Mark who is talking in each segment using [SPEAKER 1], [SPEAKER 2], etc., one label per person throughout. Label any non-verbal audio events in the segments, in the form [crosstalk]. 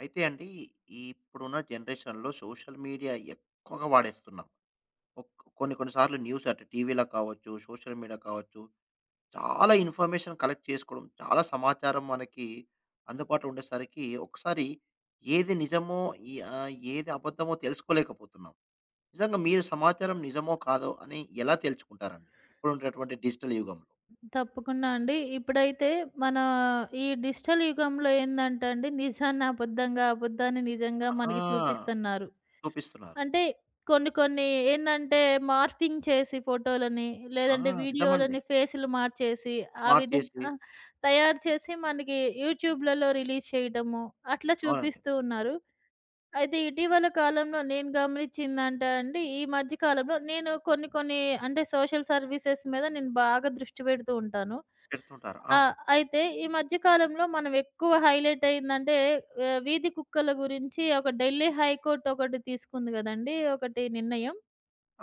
[SPEAKER 1] అయితే అండి, ఈ ఇప్పుడున్న జనరేషన్‌లో సోషల్ మీడియా ఎక్కువగా వాడేస్తున్నాం. ఒక్ కొన్ని కొన్ని సార్లు న్యూస్ అటు టీవీలో కావచ్చు, సోషల్ మీడియా కావచ్చు, చాలా ఇన్ఫర్మేషన్ కలెక్ట్ చేసుకోవడం, చాలా సమాచారం మనకి అందుబాటులో ఉండేసరికి ఒకసారి ఏది నిజమో, ఏది అబద్ధమో తెలుసుకోలేకపోతున్నాం. నిజంగా మీరు సమాచారం నిజమో, కాదో అని ఎలా తెలుసుకుంటారండి? ఇప్పుడున్నటువంటి డిజిటల్ యుగంలో.
[SPEAKER 2] తప్పకుండా అండి. ఇప్పుడైతే మన ఈ డిజిటల్ యుగంలో ఏందంటే అండి, నిజాన్ని అబద్ధంగా, అబద్ధాన్ని నిజంగా మనకి
[SPEAKER 1] ఆ,
[SPEAKER 2] చూపిస్తున్నారు.
[SPEAKER 1] చూపిస్తున్నారు.
[SPEAKER 2] అంటే కొన్ని కొన్ని ఏందంటే మార్ఫింగ్ చేసి ఫోటోలని,
[SPEAKER 1] ఆ,
[SPEAKER 2] లేదంటే
[SPEAKER 1] నిజమండి.
[SPEAKER 2] వీడియోలని ఫేసులు మార్చేసి, ఆ
[SPEAKER 1] మార్చేసి
[SPEAKER 2] విధంగా తయారు చేసి మనకి యూట్యూబ్‌లలో రిలీజ్ చేయడము, అట్లా
[SPEAKER 1] అవునండి.
[SPEAKER 2] చూపిస్తూ ఉన్నారు. అయితే ఇటీవల కాలంలో నేను గమనిచ్చిందంటే అండి, ఈ మధ్య కాలంలో నేను కొన్ని కొన్ని అంటే సోషల్ సర్వీసెస్ మీద నేను బాగా దృష్టి పెడుతూ ఉంటాను.
[SPEAKER 1] పెడుతుంటారు.
[SPEAKER 2] ఆ!
[SPEAKER 1] అవును.
[SPEAKER 2] అయితే ఈ మధ్య కాలంలో మనం ఎక్కువ హైలైట్ అయిందంటే వీధి కుక్కల గురించి ఒక ఢిల్లీ హైకోర్ట్ ఒకటి తీసుకుంది గదండీ! ఒకటి నిర్ణయం.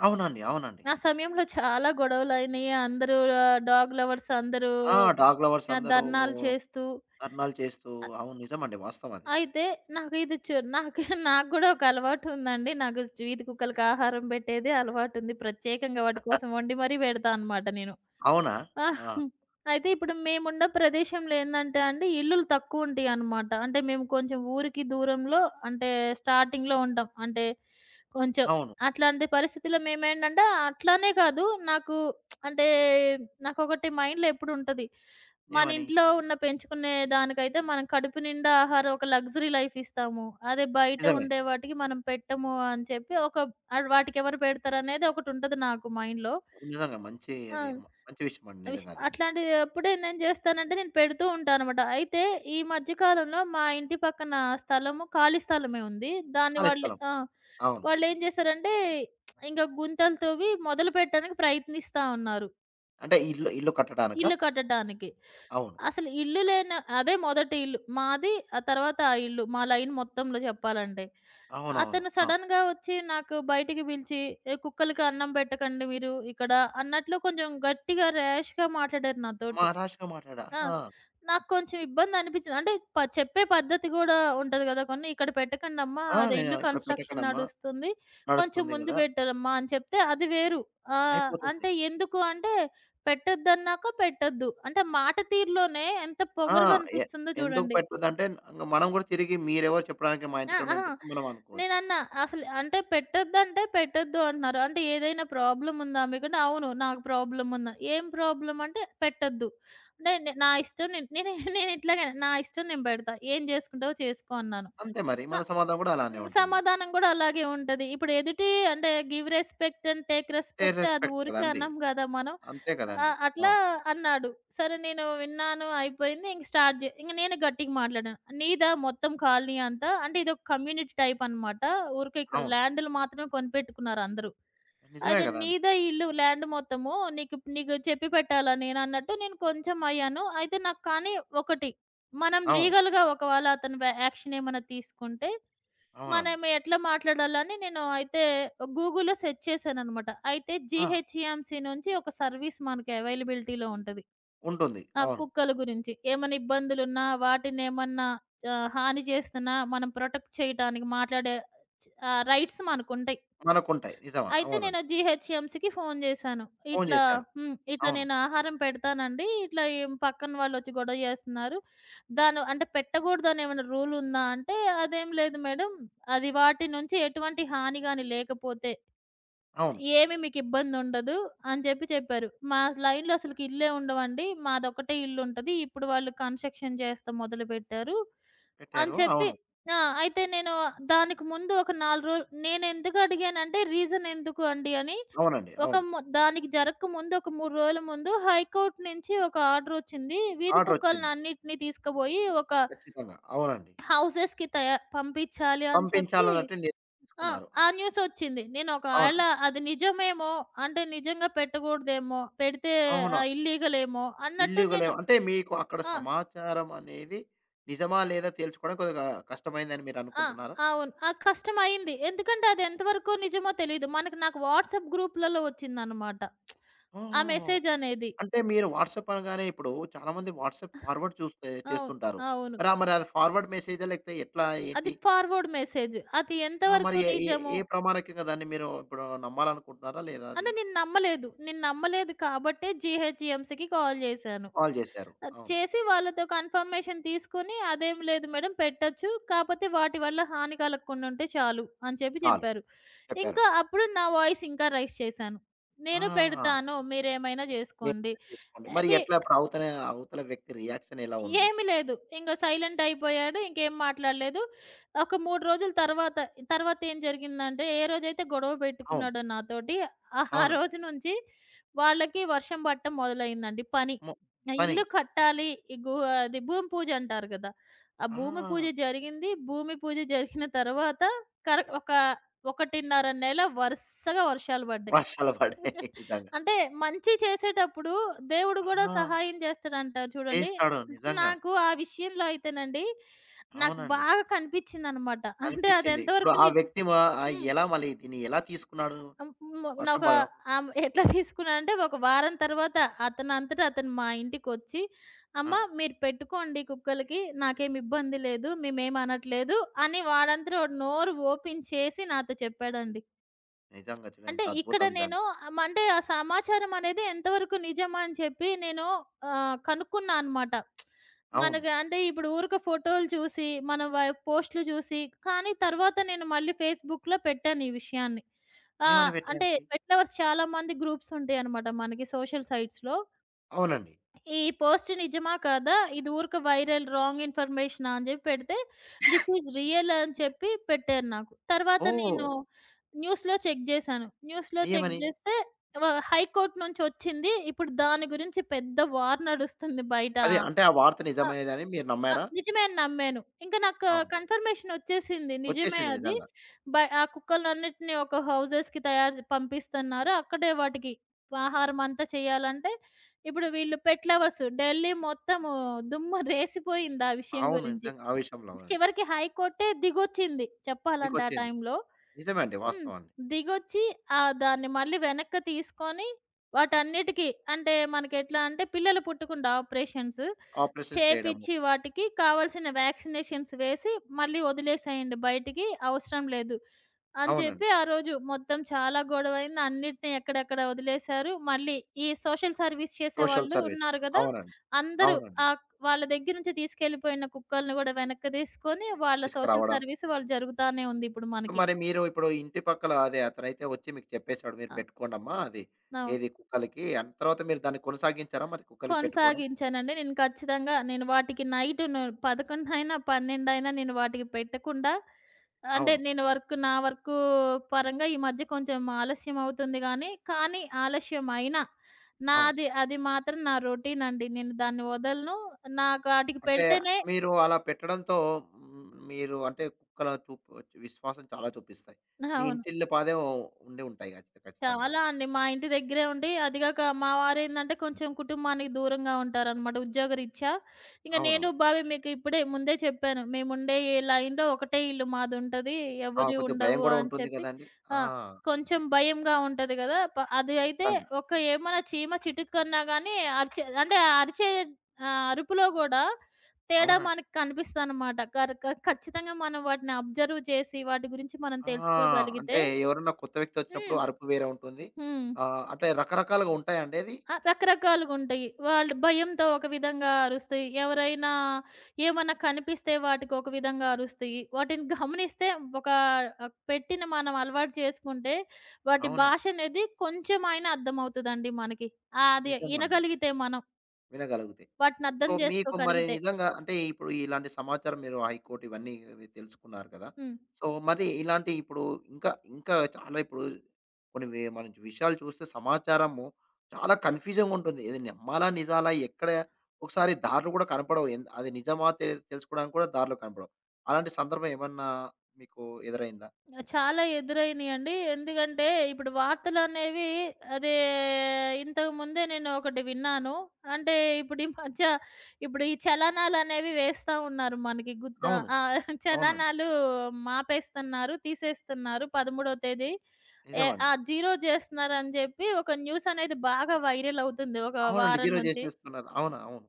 [SPEAKER 1] అవునండి. అవునండి.
[SPEAKER 2] ఆ సమయంలో చాలా గొడవలయినయి. అందరూ డాగ్ లవర్స్ అందరూ
[SPEAKER 1] ఆ, డాగ్ లవర్స్ అందరూ
[SPEAKER 2] ధర్నాలు చేస్తూ
[SPEAKER 1] అర్నాలు చేస్తూ
[SPEAKER 2] అ
[SPEAKER 1] అవును. నిజమండి. వాస్తవం అది.
[SPEAKER 2] అయితే నాకు ఇది చు నాకు [laughs] నాకు గూడా ఒక అలవాటు ఉందండి. నాకు వీధి కుక్కలకి ఆహారం పెట్టేది అలవాటుంది. ప్రత్యేకంగా వాటి కోసం వండి మరీ పెడతా అనమాట నేను.
[SPEAKER 1] అవునా?
[SPEAKER 2] ఆ!
[SPEAKER 1] ఆ,
[SPEAKER 2] హ్మ్. అయితే ఇప్పుడు మేమున్న ప్రదేశంలో ఏందంటే అండి, ఇల్లులు తక్కువుంటాయనమాట. అంటే మేము కొంచెం ఊరికి దూరంలో అంటే స్టార్టింగ్‌లో ఉంటాం. అంటే కొంచెం
[SPEAKER 1] అవును.
[SPEAKER 2] అట్లాంటి పరిస్థితిలో మేమేంటంటే అట్లానే కాదు. నాకు అంటే నాకొకటి మైండ్‌లో ఎప్పుడుంటది. మన
[SPEAKER 1] ఏమని?
[SPEAKER 2] ఇంట్లో ఉన్న పెంచుకునే దానికైతే మనం కడుపు నిండా ఆహారం ఒక లగ్జరీ లైఫ్ ఇస్తాము. అదే బయట
[SPEAKER 1] నిజమే.
[SPEAKER 2] ఉండే వాటికి మనం పెట్టము అని చెప్పి ఒక ఆడ్ వాటికెవరు పెడతారనేది ఒకటుంటది నాకు మైండ్‌లో.
[SPEAKER 1] నిజంగా మంచి
[SPEAKER 2] ఆ!
[SPEAKER 1] అది మంచి విషయం అండి
[SPEAKER 2] విష్
[SPEAKER 1] నిజంగా అది.
[SPEAKER 2] అట్లాంటిదప్పుడు నేను చేస్తానంటే నేను పెడుతూ ఉంటాననమాట. అయితే ఈ మధ్య కాలంలో మా ఇంటి పక్కన స్థలము ఖాళీ స్థలమే ఉంది. దాన్ని
[SPEAKER 1] ఖాళీ
[SPEAKER 2] వాళ్ళు
[SPEAKER 1] స్థలం.
[SPEAKER 2] ఆ!
[SPEAKER 1] అవును.
[SPEAKER 2] వాళ్ళేం చేశారంటే ఇంక గుంతలు తవ్వి మొదలుపెట్టడానికి ప్రయత్నిస్తా ఉన్నారు.
[SPEAKER 1] అంటే ఇల్లు ఇల్లు కట్టడానికా?
[SPEAKER 2] ఇల్లు కట్టడానికి.
[SPEAKER 1] అవును.
[SPEAKER 2] అసలు ఇల్లు లేని అదే మొదటి ఇల్లు. మాది, ఆ తర్వాత ఆ ఇల్లు. మా లైన్ మొత్తంలో చెప్పాలంటే.
[SPEAKER 1] అవునవును.
[SPEAKER 2] అతను
[SPEAKER 1] ఆ,
[SPEAKER 2] సడెన్‌గా వచ్చి నాకు బయటికి పిలిచి, "ఏ కుక్కలకి అన్నం పెట్టకండి మీరు ఇక్కడ" అన్నట్లు కొంచెం గట్టిగా ర్యాష్‌గా మాట్లాడారు
[SPEAKER 1] మా
[SPEAKER 2] నాతోటి.
[SPEAKER 1] ర్యాష్‌గా మాట్లాడా.
[SPEAKER 2] ఆ!
[SPEAKER 1] ఆ!
[SPEAKER 2] నాకు కొంచెం ఇబ్బందనిపిచ్చింది. అంటే చెప్పే పద్ధతి గూడా ఉంటది గదా! కొన్ని. "ఇక్కడ పెట్టకండమ్మా
[SPEAKER 1] ఆ,
[SPEAKER 2] అది
[SPEAKER 1] నేను
[SPEAKER 2] ఇల్లు
[SPEAKER 1] ఇప్పుడు
[SPEAKER 2] కన్‌స్ట్రక్షన్
[SPEAKER 1] పెట్టకండమ్మా
[SPEAKER 2] నడుస్తుంది. కొంచెం
[SPEAKER 1] నడుస్తుంది
[SPEAKER 2] ముందు
[SPEAKER 1] గదా!
[SPEAKER 2] బెట్టరమ్మా" అని చెప్తే అది వేరు.
[SPEAKER 1] అయిపోతుంది.
[SPEAKER 2] అంటే ఎందుకు అంటే పెట్టొద్దన్నాక పెట్టొద్దు. అంటే మాట తీరులోనే ఎంత
[SPEAKER 1] ఆ!
[SPEAKER 2] పొగరుగా
[SPEAKER 1] ఎ
[SPEAKER 2] అనిపిస్తుందో
[SPEAKER 1] ఎందుకు
[SPEAKER 2] చూడండి.
[SPEAKER 1] పెట్టదంటే ఇంగ మనం గూడా తిరిగి మీరెవరు చెప్పడానికి మా
[SPEAKER 2] ఆ!
[SPEAKER 1] ఇంటికాడ మేము
[SPEAKER 2] అహా!
[SPEAKER 1] పెట్టాం మనం అనుకోవచ్చు.
[SPEAKER 2] నేనన్నా అసలు అంటే పెట్టొద్దంటే పెట్టొద్దు అంటున్నారు. అంటే ఏదైనా ప్రాబ్లమ్ ఉందా మీకంటే? అవును. నాకు ప్రాబ్లమ్ ఉంద. ఏం ప్రాబ్లమ్ అంటే పెట్టొద్దు. అంటే నా ఇష్టం నేను నేను నేనిట్లాగే నా ఇష్టం నేను పెడతా. ఏం చేసుకుంటావో చేసుకో అన్నాను.
[SPEAKER 1] అంతే మరి
[SPEAKER 2] ఆ!
[SPEAKER 1] మన సమాధానం గూడా అలానే
[SPEAKER 2] హ్మ్.
[SPEAKER 1] ఉంటుంది.
[SPEAKER 2] సమాధానం గూడా అలాగే ఉంటది. ఇప్పుడు ఎదుటి అంటే give respect and take
[SPEAKER 1] a
[SPEAKER 2] respect అది
[SPEAKER 1] రెస్పెక్ట్
[SPEAKER 2] ఊరికే
[SPEAKER 1] కదండీ!
[SPEAKER 2] అనం గదా మనం.
[SPEAKER 1] అంతే
[SPEAKER 2] ఆ!
[SPEAKER 1] కదండీ.
[SPEAKER 2] అట్లా
[SPEAKER 1] అవును.
[SPEAKER 2] అన్నాడు. సరే నేను విన్నాను అయిపోయింది. ఇంక స్టార్ట్ జే ఇంక నేను గట్టిగా మాట్లాడాను. "నీదా మొత్తం కాలనీ అంతా?" అంటే ఇదొక కమ్యూనిటీ టైప్ అనమాట. ఊరికే ఇక్కడ
[SPEAKER 1] అవును.
[SPEAKER 2] ల్యాండ్‌లు మాత్రమే కొనిపెట్టుకున్నారు అందరూ.
[SPEAKER 1] నిజమే
[SPEAKER 2] అయితే
[SPEAKER 1] గదండీ.
[SPEAKER 2] "నీదా ఈ ఇల్లు ల్యాండ్ మొత్తము? నీకు నీకు చెప్పి పెట్టాలా నేను?" అన్నట్టు నేను కొంచెం అయ్యాను. అయితే నాకు కానీ ఒకటి మనం
[SPEAKER 1] అవును.
[SPEAKER 2] లీగల్‌గా ఒకవేళ అతను యాక్షన్ ఏమైనా తీసుకుంటే
[SPEAKER 1] అవునండి.
[SPEAKER 2] మనం ఎట్లా మాట్లాడాలని నేను అయితే గూగుల్‌లో సెర్చ్ చేశాననమాట. అయితే
[SPEAKER 1] ఆ,
[SPEAKER 2] GHMC నుంచి ఒక సర్వీస్ మనకి అవైలబిలిటీలో ఉంటది.
[SPEAKER 1] ఉంటుంది.
[SPEAKER 2] ఆ
[SPEAKER 1] అవును.
[SPEAKER 2] కుక్కల గురించి. ఏమైనా ఇబ్బందులున్నా, వాటినేమన్నా హాని చేస్తున్నా మనం ప్రొటెక్ట్ చేయటానికి మాట్లాడే రైట్స్ మనకుంటాయి.
[SPEAKER 1] మనకుంటాయి. నిజమా?
[SPEAKER 2] అయితే నేను
[SPEAKER 1] అవునండి.
[SPEAKER 2] GHMCకి ఫోను జేశాను.
[SPEAKER 1] ఫోను
[SPEAKER 2] ఇట్లా
[SPEAKER 1] జేశారు.
[SPEAKER 2] హ్మ్. ఇట్లా
[SPEAKER 1] అవును.
[SPEAKER 2] నేను ఆహారం పెడతానండి. ఇట్లా ఏం పక్కన వాళ్ళొచ్చి గొడవ జేస్తున్నారు. దాను అంటే పెట్టకూడదనేమన్నా రూలుందా అంటే, అదేం లేదు మేడం. అది వాటి నుంచి ఎటువంటి హాని గాని లేకపోతే
[SPEAKER 1] అవును.
[SPEAKER 2] ఏమి మీకిబ్బందుండదు అని చెప్పి చెప్పారు. మా స్ లైన్‌లో అసలకి ఇల్లే ఉండవండి. మాదొక్కటే ఇల్లుంటది. ఇప్పుడు వాళ్ళు కన్‌స్ట్రక్షన్ చేస్తా మొదలుపెట్టారు అని
[SPEAKER 1] పెట్టారు.
[SPEAKER 2] చెప్పి
[SPEAKER 1] అవును.
[SPEAKER 2] ఆ! అయితే నేను దానికి ముందు ఒక 4 రోజులు నేనెందుకు అడిగానంటే రీజన్ ఎందుకు అండి అని
[SPEAKER 1] అవునండి.
[SPEAKER 2] ఒక
[SPEAKER 1] అవును.
[SPEAKER 2] ము దానికి జరక్క ముందు ఒక 3 రోజుల ముందు హైకోర్ట్ నుంచి ఒక ఆర్డరొచ్చింది. వీధి
[SPEAKER 1] ఆర్డరొచ్చింది.
[SPEAKER 2] కుక్కలనన్నిటిని తీసుకుపోయి ఒక
[SPEAKER 1] ఖచ్చితంగా. అవునండి.
[SPEAKER 2] హౌసెస్‌కి పంపించాలి అని చెప్పి
[SPEAKER 1] పంపించాలన్నట్టు నిర్ణయం
[SPEAKER 2] ఆ!
[SPEAKER 1] తీసుకున్నారు.
[SPEAKER 2] ఆ న్యూసొచ్చింది. నేను ఒకవేళ
[SPEAKER 1] అవునండి.
[SPEAKER 2] అది నిజమేమో, అంటే నిజంగా పెట్టకూడదేమో, పెడితే
[SPEAKER 1] అవును.
[SPEAKER 2] ఇల్లీగలేమో అన్నట్టు
[SPEAKER 1] ఇల్లీగలే
[SPEAKER 2] నేను
[SPEAKER 1] అంటే మీకు అక్కడ
[SPEAKER 2] ఆ!
[SPEAKER 1] సమాచారం అనేది నిజమా? లేదా? తేల్చుకోవడం కొద్దిగా కష్టమైందని
[SPEAKER 2] ఆ!
[SPEAKER 1] మీరనుకుంటున్నారా?
[SPEAKER 2] అవును. ఆ! కష్టమయింది. ఎందుకంటే అది ఎంతవరకు నిజమో తెలీదు. మనకి నాకు వాట్సాప్ గ్రూప్‌లలో వచ్చిందనమాట. ఆ
[SPEAKER 1] ఓహోహో!
[SPEAKER 2] మెసేజనేది.
[SPEAKER 1] అంటే మీరు వాట్సాప్ అనగానే ఇప్పుడు చాలామంది వాట్సాప్ ఫార్వర్డ్ చూస్తే
[SPEAKER 2] అవును.
[SPEAKER 1] చేస్తుంటారు.
[SPEAKER 2] అవును.
[SPEAKER 1] మరి ఆ మరి అది ఫార్వర్డ్ మెసేజా? లేకపోతే ఎట్లా?
[SPEAKER 2] అది
[SPEAKER 1] ఏంటి?
[SPEAKER 2] Forward message. అది
[SPEAKER 1] ఆ! మరి
[SPEAKER 2] ఎంతవరకు
[SPEAKER 1] ఏ ఏ
[SPEAKER 2] నిజము,
[SPEAKER 1] ఏ ప్రామాణికంగా దాన్ని మీరు ఇప్పుడు నమ్మాలనుకుంటున్నారా? లేదా అది?
[SPEAKER 2] అంటే నేను నమ్మలేదు. నేను నమ్మలేదు కాబట్టే GHMCకి కాల్ జేశాను.
[SPEAKER 1] కాల్ చేశారు. అవును.
[SPEAKER 2] చేసి వాళ్ళతో కన్ఫర్మేషన్ తీసుకొని, "అదేం లేదు మేడం పెట్టొచ్చు. కాపోతే వాటి వల్ల హాని కలగకుండా ఉంటే చాలు" అని చెప్పి
[SPEAKER 1] చాలు
[SPEAKER 2] చెప్పారు.
[SPEAKER 1] చెప్పారు.
[SPEAKER 2] ఇంకా అప్పుడు నా వాయిస్ ఇంకా రైజ్ చేశాను. "నేను
[SPEAKER 1] ఆ!
[SPEAKER 2] పెడతాను మీరేమైనా జేసుకోండి.
[SPEAKER 1] మీరే చేసుకోండి. మరి
[SPEAKER 2] మీ
[SPEAKER 1] ఎట్లా ఇప్పుడు అవతల అవతల వ్యక్తి రియాక్షన్ ఎలా ఉంది?
[SPEAKER 2] ఏమి లేదు. ఇంక సైలెంట్ అయిపోయాడు. ఇంకేం మాట్లాడలేదు. ఒక 3 రోజుల తర్వాత, తర్వాత ఏం జరిగిందంటే, ఏ రోజైతే గొడవ
[SPEAKER 1] అవును.
[SPEAKER 2] పెట్టుకున్నాడో నాతోటి, ఆ
[SPEAKER 1] అవునండి.
[SPEAKER 2] రోజు నుంచి వాళ్ళకి వర్షం పడటం మొదలైందండి పని.
[SPEAKER 1] మొ పని.
[SPEAKER 2] ఇల్లు కట్టాలి. ఈ గు అది భూమి పూజ అంటారు కదా! ఆ భూమి పూజ
[SPEAKER 1] ఆ,
[SPEAKER 2] జరిగింది. భూమి పూజ జరిగిన తర్వాత కరెక్ట్ ఒక 1.5 నెల వరుసగా వర్షాలు పడ్డాయి.
[SPEAKER 1] వర్షాలు పడ్డాయి [laughs] నిజంగా.
[SPEAKER 2] అంటే మంచి చేసేటప్పుడు దేవుడు గూడా
[SPEAKER 1] ఆ,
[SPEAKER 2] సహాయం చేస్తాడంటారు చూడండి.
[SPEAKER 1] చేస్తాడు నిజంగా.
[SPEAKER 2] నాకు ఆ విషయంలో అయితేనండి, నాకు
[SPEAKER 1] అవునండి.
[SPEAKER 2] బాగా కనిపిచ్చిందనమాట. అంటే
[SPEAKER 1] కనిపించింది. ఇప్పుడు
[SPEAKER 2] అదెంతవరకు
[SPEAKER 1] ఆ
[SPEAKER 2] నిజం
[SPEAKER 1] వ్యక్తి మా
[SPEAKER 2] హ్మ్.
[SPEAKER 1] ఎలా మళ్ళీ దీన్ని ఎలా తీసుకున్నాడు?
[SPEAKER 2] హ్మ్.
[SPEAKER 1] వర్షం
[SPEAKER 2] ఒక
[SPEAKER 1] పడడం
[SPEAKER 2] ఎట్లా తీసుకున్నానంటే ఒక వారం తర్వాత అతనంతట అతను మా ఇంటికొచ్చి, "అమ్మ
[SPEAKER 1] ఆ,
[SPEAKER 2] మీరు పెట్టుకోండి కుక్కలకి. నాకేమి ఇబ్బంది లేదు. మేమేమనట్లేదు" అని వాడంతట వాడు నోరు ఓపెన్ చేసి నాతో చెప్పాడండి.
[SPEAKER 1] నిజంగా చూడు ఎంత
[SPEAKER 2] అంటే ఇక్కడ
[SPEAKER 1] అద్భుతం నిజంగా.
[SPEAKER 2] నేను అంటే ఆ సమాచారం అనేది ఎంతవరకు నిజమా అని చెప్పి నేను కనుక్కున్నా అనమాట.
[SPEAKER 1] అవును.
[SPEAKER 2] మనకు అంటే ఇప్పుడు ఊరికే ఫోటోలు చూసి, మన వ పోస్ట్‌లు చూసి కానీ తర్వాత నేను మళ్ళీ ఫేస్‌బుక్‌లో పెట్టాను ఈ విషయాన్ని. ఆ!
[SPEAKER 1] ఏమని
[SPEAKER 2] అంటే
[SPEAKER 1] పెట్టారండి?
[SPEAKER 2] పెట్ లవర్స్ చాలామంది గ్రూప్స్ ఉంటాయనమాట మనకి సోషల్ సైట్స్‌లో.
[SPEAKER 1] అవునండి.
[SPEAKER 2] ఈ పోస్ట్ నిజమా? కాదా? ఇది ఊరికే వైరల్ రాంగ్ ఇన్ఫర్మేషనా? అని జెప్పి పెడితే, దిస్ ఈజ్ రియల్ అని చెప్పి పెట్టారు నాకు. తర్వాత
[SPEAKER 1] ఓహ్!
[SPEAKER 2] నేను న్యూస్‌లో చెక్ జేశాను. న్యూస్‌లో చెక్
[SPEAKER 1] ఏమని?
[SPEAKER 2] జేస్తే వ హైకోర్ట్ నుంచొచ్చింది. ఇప్పుడు దాని గురించి పెద్ద వార్ నడుస్తుంది బయట.
[SPEAKER 1] అదే అంటే ఆ వార్త
[SPEAKER 2] ఆ!
[SPEAKER 1] నిజమైనదని మీరు
[SPEAKER 2] ఆ!
[SPEAKER 1] నమ్మారా?
[SPEAKER 2] నిజమే అని నమ్మాను. ఇంకా నాకు
[SPEAKER 1] అవును.
[SPEAKER 2] కన్ఫర్మేషన్ ఒచ్చేసింది. నిజమే
[SPEAKER 1] వచ్చేసింది
[SPEAKER 2] అది.
[SPEAKER 1] నిజంగా.
[SPEAKER 2] బై ఆ కుక్కలన్నిటిని ఒక హౌసెస్‌కి తయారు చే పంపిస్తున్నారు. అక్కడే వాటికి ఆహారం అంతా చేయాలంటే, ఇప్పుడు వీళ్ళు పెట్ లవర్స్ ఢిల్లీ మొత్తము దుమ్ము [laughs] రేసిపోయింది ఆ విషయం
[SPEAKER 1] అవును.
[SPEAKER 2] గురించి.
[SPEAKER 1] నిజంగా ఆవేశంలో అవునండి.
[SPEAKER 2] చివరికి హైకోర్టే దిగొచ్చింది చెప్పాలంటే ఆ
[SPEAKER 1] మీకొచ్చింది.
[SPEAKER 2] టైంలో.
[SPEAKER 1] నిజమే అండి.
[SPEAKER 2] హ్మ్.
[SPEAKER 1] వాస్తవం అండి.
[SPEAKER 2] దిగొచ్చి దాన్ని మళ్ళీ వెనక్కి తీసుకొని వాటన్నిటికి అంటే మనకెట్లా అంటే పిల్లలు పుట్టకుండా ఆపరేషన్స్
[SPEAKER 1] ఆపరేషన్స్ చేయడము.
[SPEAKER 2] చేపిచ్చి వాటికి కావాల్సిన వ్యాక్సినేషన్స్ వేసి మళ్ళీ వదిలేసేయండి బయటికి అవసరం లేదు అని
[SPEAKER 1] అవునండి.
[SPEAKER 2] చెప్పి ఆ రోజు మొత్తం చాలా గొడవైంది. అన్నిటిని ఎక్కడెక్కడ వదిలేశారు. మళ్ళీ ఈ సోషల్ సర్వీస్
[SPEAKER 1] సోషల్
[SPEAKER 2] చేసేవాళ్ళు
[SPEAKER 1] సర్వీస్.
[SPEAKER 2] ఉన్నారు గదా!
[SPEAKER 1] అవునండి.
[SPEAKER 2] అందరూ
[SPEAKER 1] అవునండి.
[SPEAKER 2] ఆహ్, వాళ్ళ దగ్గర నుంచి తీసుకెళ్ళిపోయిన కుక్కల్ని గూడా వెనక్కి తీసుకొని వాళ్ళ సోషల్
[SPEAKER 1] తీసుకురావడం.
[SPEAKER 2] సర్వీస్ వాళ్ళు జరుగుతానే ఉంది ఇప్పుడు మనకి.
[SPEAKER 1] మరి మీరు ఇప్పుడు ఇంటి పక్కల అదే అతనైతే వచ్చి మీకు చెప్పేసాడు. మీరు
[SPEAKER 2] ఆ!
[SPEAKER 1] పెట్టుకోండమ్మా అది.
[SPEAKER 2] ఆ!
[SPEAKER 1] ఏది కుక్కలకి తర్వాత మీరు దాన్ని కొనసాగించారా మరి కుక్కలకి పెట్టుకోవడం?
[SPEAKER 2] కొనసాగించానండి. నేను ఖచ్చితంగా నేను వాటికి నైట్ ను 11 అయినా, 12 అయినా నేను వాటికి పెట్టకుండా అంటే
[SPEAKER 1] అవును.
[SPEAKER 2] నేను వర్క్ నా వర్కు పరంగా ఈ మధ్య కొంచెం ఆలస్యం అవుతుంది గానీ, కానీ ఆలస్యం అయినా
[SPEAKER 1] అవును.
[SPEAKER 2] నాది అది మాత్రం నా రొటీన్ అండి. నేను దాన్ని వదలను. నాకు ఆటికి
[SPEAKER 1] అంటే
[SPEAKER 2] పెడితేనే
[SPEAKER 1] మీరు అలా పెట్టడంతో హ్మ్, మీరు అంటే కుక్కల చూపు విశ్వాసం చాలా చూపిస్తాయి. మీ
[SPEAKER 2] అవును.
[SPEAKER 1] ఇంటిల్లిపాదే ఉండి ఉంటాయి ఖచ్చితంగా
[SPEAKER 2] చాలా
[SPEAKER 1] అవి.
[SPEAKER 2] అండి. మా ఇంటి దగ్గరే ఉండి అది గాక మా వారేందంటే కొంచెం కుటుంబానికి దూరంగా ఉంటారనమాట ఉద్యోగరీత్యా. ఇంక నేను,
[SPEAKER 1] అవునవును.
[SPEAKER 2] బాబాయ్ మీకు ఇప్పుడే ముందే చెప్పాను. మేముండే ఈ లైన్‌లో ఒకటే ఇల్లు మాదుంటది.
[SPEAKER 1] ఆ,
[SPEAKER 2] ఎవరియి
[SPEAKER 1] కొద్దిగా భయం
[SPEAKER 2] ఉండవు
[SPEAKER 1] గూడా
[SPEAKER 2] అని
[SPEAKER 1] ఉంటుంది
[SPEAKER 2] చెప్పి.
[SPEAKER 1] గదండీ!
[SPEAKER 2] ఆ!
[SPEAKER 1] ఆ!
[SPEAKER 2] కొంచెం భయంగా ఉంటది గదా! అది అయితే
[SPEAKER 1] ఖచ్చితంగా.
[SPEAKER 2] ఒక ఏమన్నా చీమ చిటుక్కున్నా గానీ అరిచే అంటే ఆ అరిచే అరుపులో గూడా తేడా
[SPEAKER 1] అవునండి.
[SPEAKER 2] మనకు కనిపిస్తదనమాట. కర్ క ఖచ్చితంగా మనం వాటిని అబ్జర్వ్ చేసి వాటి గురించి మనం
[SPEAKER 1] ఆ!
[SPEAKER 2] తెలుసుకోగలిగితే
[SPEAKER 1] అంటే ఎవరన్నా కొత్త వ్యక్తి వచ్చినప్పుడు
[SPEAKER 2] హ్మ్.
[SPEAKER 1] అరుపు వేరే ఉంటుంది.
[SPEAKER 2] హ్మ్.
[SPEAKER 1] అంటే రకరకాలుగా ఉంటాయండి అవి?
[SPEAKER 2] ఆ! రకరకాలుగుంటయి. వాళ్ళు భయంతో ఒక విధంగా అరుస్తయి. ఎవరైనా ఏమన్నా కనిపిస్తే వాటికొక విధంగా అరుస్తయి. వాటిని గమనిస్తే ఒక పెట్టిన మనం అలవాటు చేసుకుంటే వాటి
[SPEAKER 1] అవునండి.
[SPEAKER 2] భాషనేది కొంచెమైనా అర్థమవుతదండి మనకి. అది
[SPEAKER 1] నిజమండి.
[SPEAKER 2] ఇనగలిగితే మనం.
[SPEAKER 1] వినగలుగుతాయి.
[SPEAKER 2] వాటిని
[SPEAKER 1] సో,
[SPEAKER 2] అర్థం
[SPEAKER 1] మీకు మరి
[SPEAKER 2] చేసుకోగలిగితే.
[SPEAKER 1] నిజంగా అంటే ఇప్పుడు ఇలాంటి సమాచారం మీరు హైకోర్టు ఇవన్నీ ఇవి తెలుసుకున్నారు కదా!
[SPEAKER 2] హ్మ్.
[SPEAKER 1] సో, మరి ఇలాంటి ఇప్పుడు ఇంకా చాలా ఇప్పుడు కొన్ని మనం విషయాలు చూస్తే సమాచారము చాలా కన్‌ఫ్యూజింగ్‌గా ఉంటుంది. ఏది నమ్మాలా? నిజాలా? ఎక్కడ ఒకసారి దారులు కూడా కనపడవు. అది నిజమా తెలుసుకోవడానికి కూడా దారులు కనపడవు. అలాంటి సందర్భం ఏమన్నా మీకు ఎదురైందా?
[SPEAKER 2] చాలా ఎదురైనయండి. ఎందుకంటే ఇప్పుడు వార్తలనేవి అదే ఇంతకుముందే నేను ఒకటి విన్నాను. అంటే ఇప్పుడు ఈ మధ్య ఇప్పుడు ఈ చలనాలనేవి వేస్తా ఉన్నారు మనకి గుర్తు
[SPEAKER 1] అవును.
[SPEAKER 2] ఆ! [laughs]
[SPEAKER 1] అవునండి.
[SPEAKER 2] చలనాలు మాపేస్తున్నారు, తీసేస్తున్నారు 13వ తేదీ. ఏ ఆ!
[SPEAKER 1] నిజమండి.
[SPEAKER 2] జీరో జేస్తున్నారని జెప్పి ఒక న్యూస్ అనేది బాగా వైరల్ అవుతుంది ఒక
[SPEAKER 1] అవునండి.
[SPEAKER 2] వారం
[SPEAKER 1] జీరో
[SPEAKER 2] నుంచి.
[SPEAKER 1] చేసేస్తున్నారు. అవును. అవును.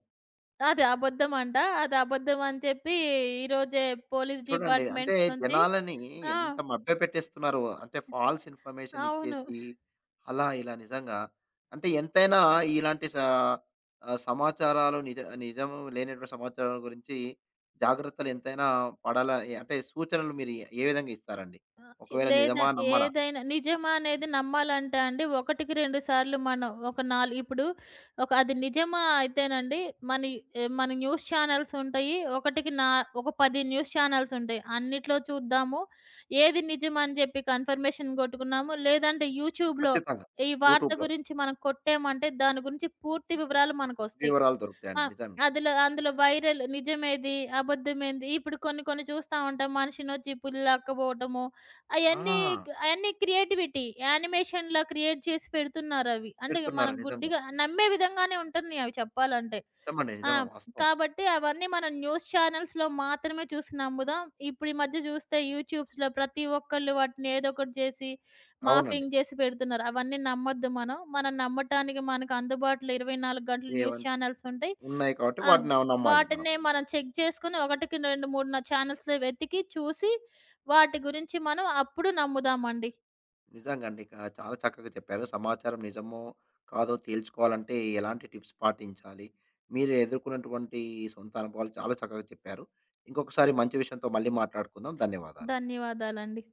[SPEAKER 2] అది అబద్ధమంట. అది అబద్ధం అని చెప్పి ఈరోజే పోలీస్
[SPEAKER 1] చూడండి. అంటే
[SPEAKER 2] డిపార్ట్‌మెంట్ నుంచి
[SPEAKER 1] జనాలని
[SPEAKER 2] ఆ!
[SPEAKER 1] ఎంత మభ్యపెట్టేస్తున్నారో. అంటే ఫాల్స్ ఇన్ఫర్మేషన్
[SPEAKER 2] అవును.
[SPEAKER 1] ఇచ్చేసి, అలా ఇలా నిజంగా. అంటే ఎంతైనా ఇలాంటి సమాచారాలు నిజం లేనటువంటి సమాచారాల గురించి జాగ్రత్తలు ఎంతైనా పడాలా అంటే సూచనలు మీరు ఏ విధంగా ఇస్తారండి?
[SPEAKER 2] ఆ!
[SPEAKER 1] ఒకవేళ
[SPEAKER 2] లేదా
[SPEAKER 1] నిజమా? నమ్మాలా?
[SPEAKER 2] ఏదైనా నిజమా అనేది నమ్మాలంటే అండి, ఒకటికి 2 సార్లు మనం ఒక నాలు ఇప్పుడు ఒక అది నిజమా అయితేనండి, మన మన న్యూస్ ఛానెల్స్ ఉంటాయి. ఒకటికి నా ఒక 10 న్యూస్ ఛానెల్స్ ఉంటాయి. అన్నిట్లో చూద్దాము. ఏది నిజం అని చెప్పి కన్ఫర్మేషన్ కొట్టుకున్నాము. లేదంటే యూట్యూబ్‌లో
[SPEAKER 1] ఖచ్చితంగా.
[SPEAKER 2] ఈ వార్త
[SPEAKER 1] యూట్యూబ్‌లో
[SPEAKER 2] గురించి మనం కొట్టామంటే దాని గురించి పూర్తి వివరాలు మనకొస్తాయి.
[SPEAKER 1] వివరాలు దొరుకుతాయండి.
[SPEAKER 2] ఆ!
[SPEAKER 1] నిజమే.
[SPEAKER 2] అందులో వైరల్ నిజమేది? అబద్ధమేంది? ఇప్పుడు కొన్ని కొన్ని చూస్తా ఉంటాం. మనిషినొచ్చి పులిలెక్కబోవటము. అయన్నీ
[SPEAKER 1] ఆ,
[SPEAKER 2] అయన్నీ క్రియేటివిటీ. యానిమేషన్‌లా క్రియేట్ చేసి పెడుతున్నారవి. అంటే
[SPEAKER 1] పెడుతున్నారు
[SPEAKER 2] మనం
[SPEAKER 1] నిజంగా.
[SPEAKER 2] గుడ్డిగా నమ్మే విధంగానే ఉంటున్నాయి అవి చెప్పాలంటే.
[SPEAKER 1] నిజమండి.
[SPEAKER 2] ఆ!
[SPEAKER 1] నిజమే వాస్తవం.
[SPEAKER 2] కాబట్టి అవన్నీ మనం న్యూస్ ఛానెల్స్‌లో మాత్రమే చూసి నమ్ముదాం. ఇప్పుడు ఈ మధ్య చూస్తే యూట్యూబ్స్‌లో ప్రతి ఒక్కళ్ళు వాటిని ఏదో ఒకటి చేసి
[SPEAKER 1] అవునండి.
[SPEAKER 2] మార్ఫింగ్ చేసి పెడుతున్నారు. అవన్నీ నమ్మొద్దు మనం. మనం నమ్మటానికి మనకు అందుబాటులో 24 గంటలు న్యూస్
[SPEAKER 1] ఏవన్
[SPEAKER 2] ఛానెల్స్ ఉంటాయి.
[SPEAKER 1] ఉన్నాయి కాబట్టి
[SPEAKER 2] ఆ!
[SPEAKER 1] వాటిని నమ్మాలి మనం.
[SPEAKER 2] వాటినే మనం చెక్ చేసుకొని ఒకటికి 2, 3 ఛానెల్స్‌లో వెతికి చూసి వాటి గురించి మనం అప్పుడు నమ్ముదామండి.
[SPEAKER 1] నిజంగా అండి. చాలా చక్కగా చెప్పారు. సమాచారం నిజమో, కాదో తేల్చుకోవాలంటే ఎలాంటి టిప్స్ పాటించాలి? మీరు ఎదుర్కొన్నటువంటి సొంత అనుభవాలు చాలా చక్కగా చెప్పారు. ఇంకొకసారి మంచి విషయంతో మళ్ళీ మాట్లాడుకుందాం. ధన్యవాదాలు.
[SPEAKER 2] ధన్యవాదాలండి.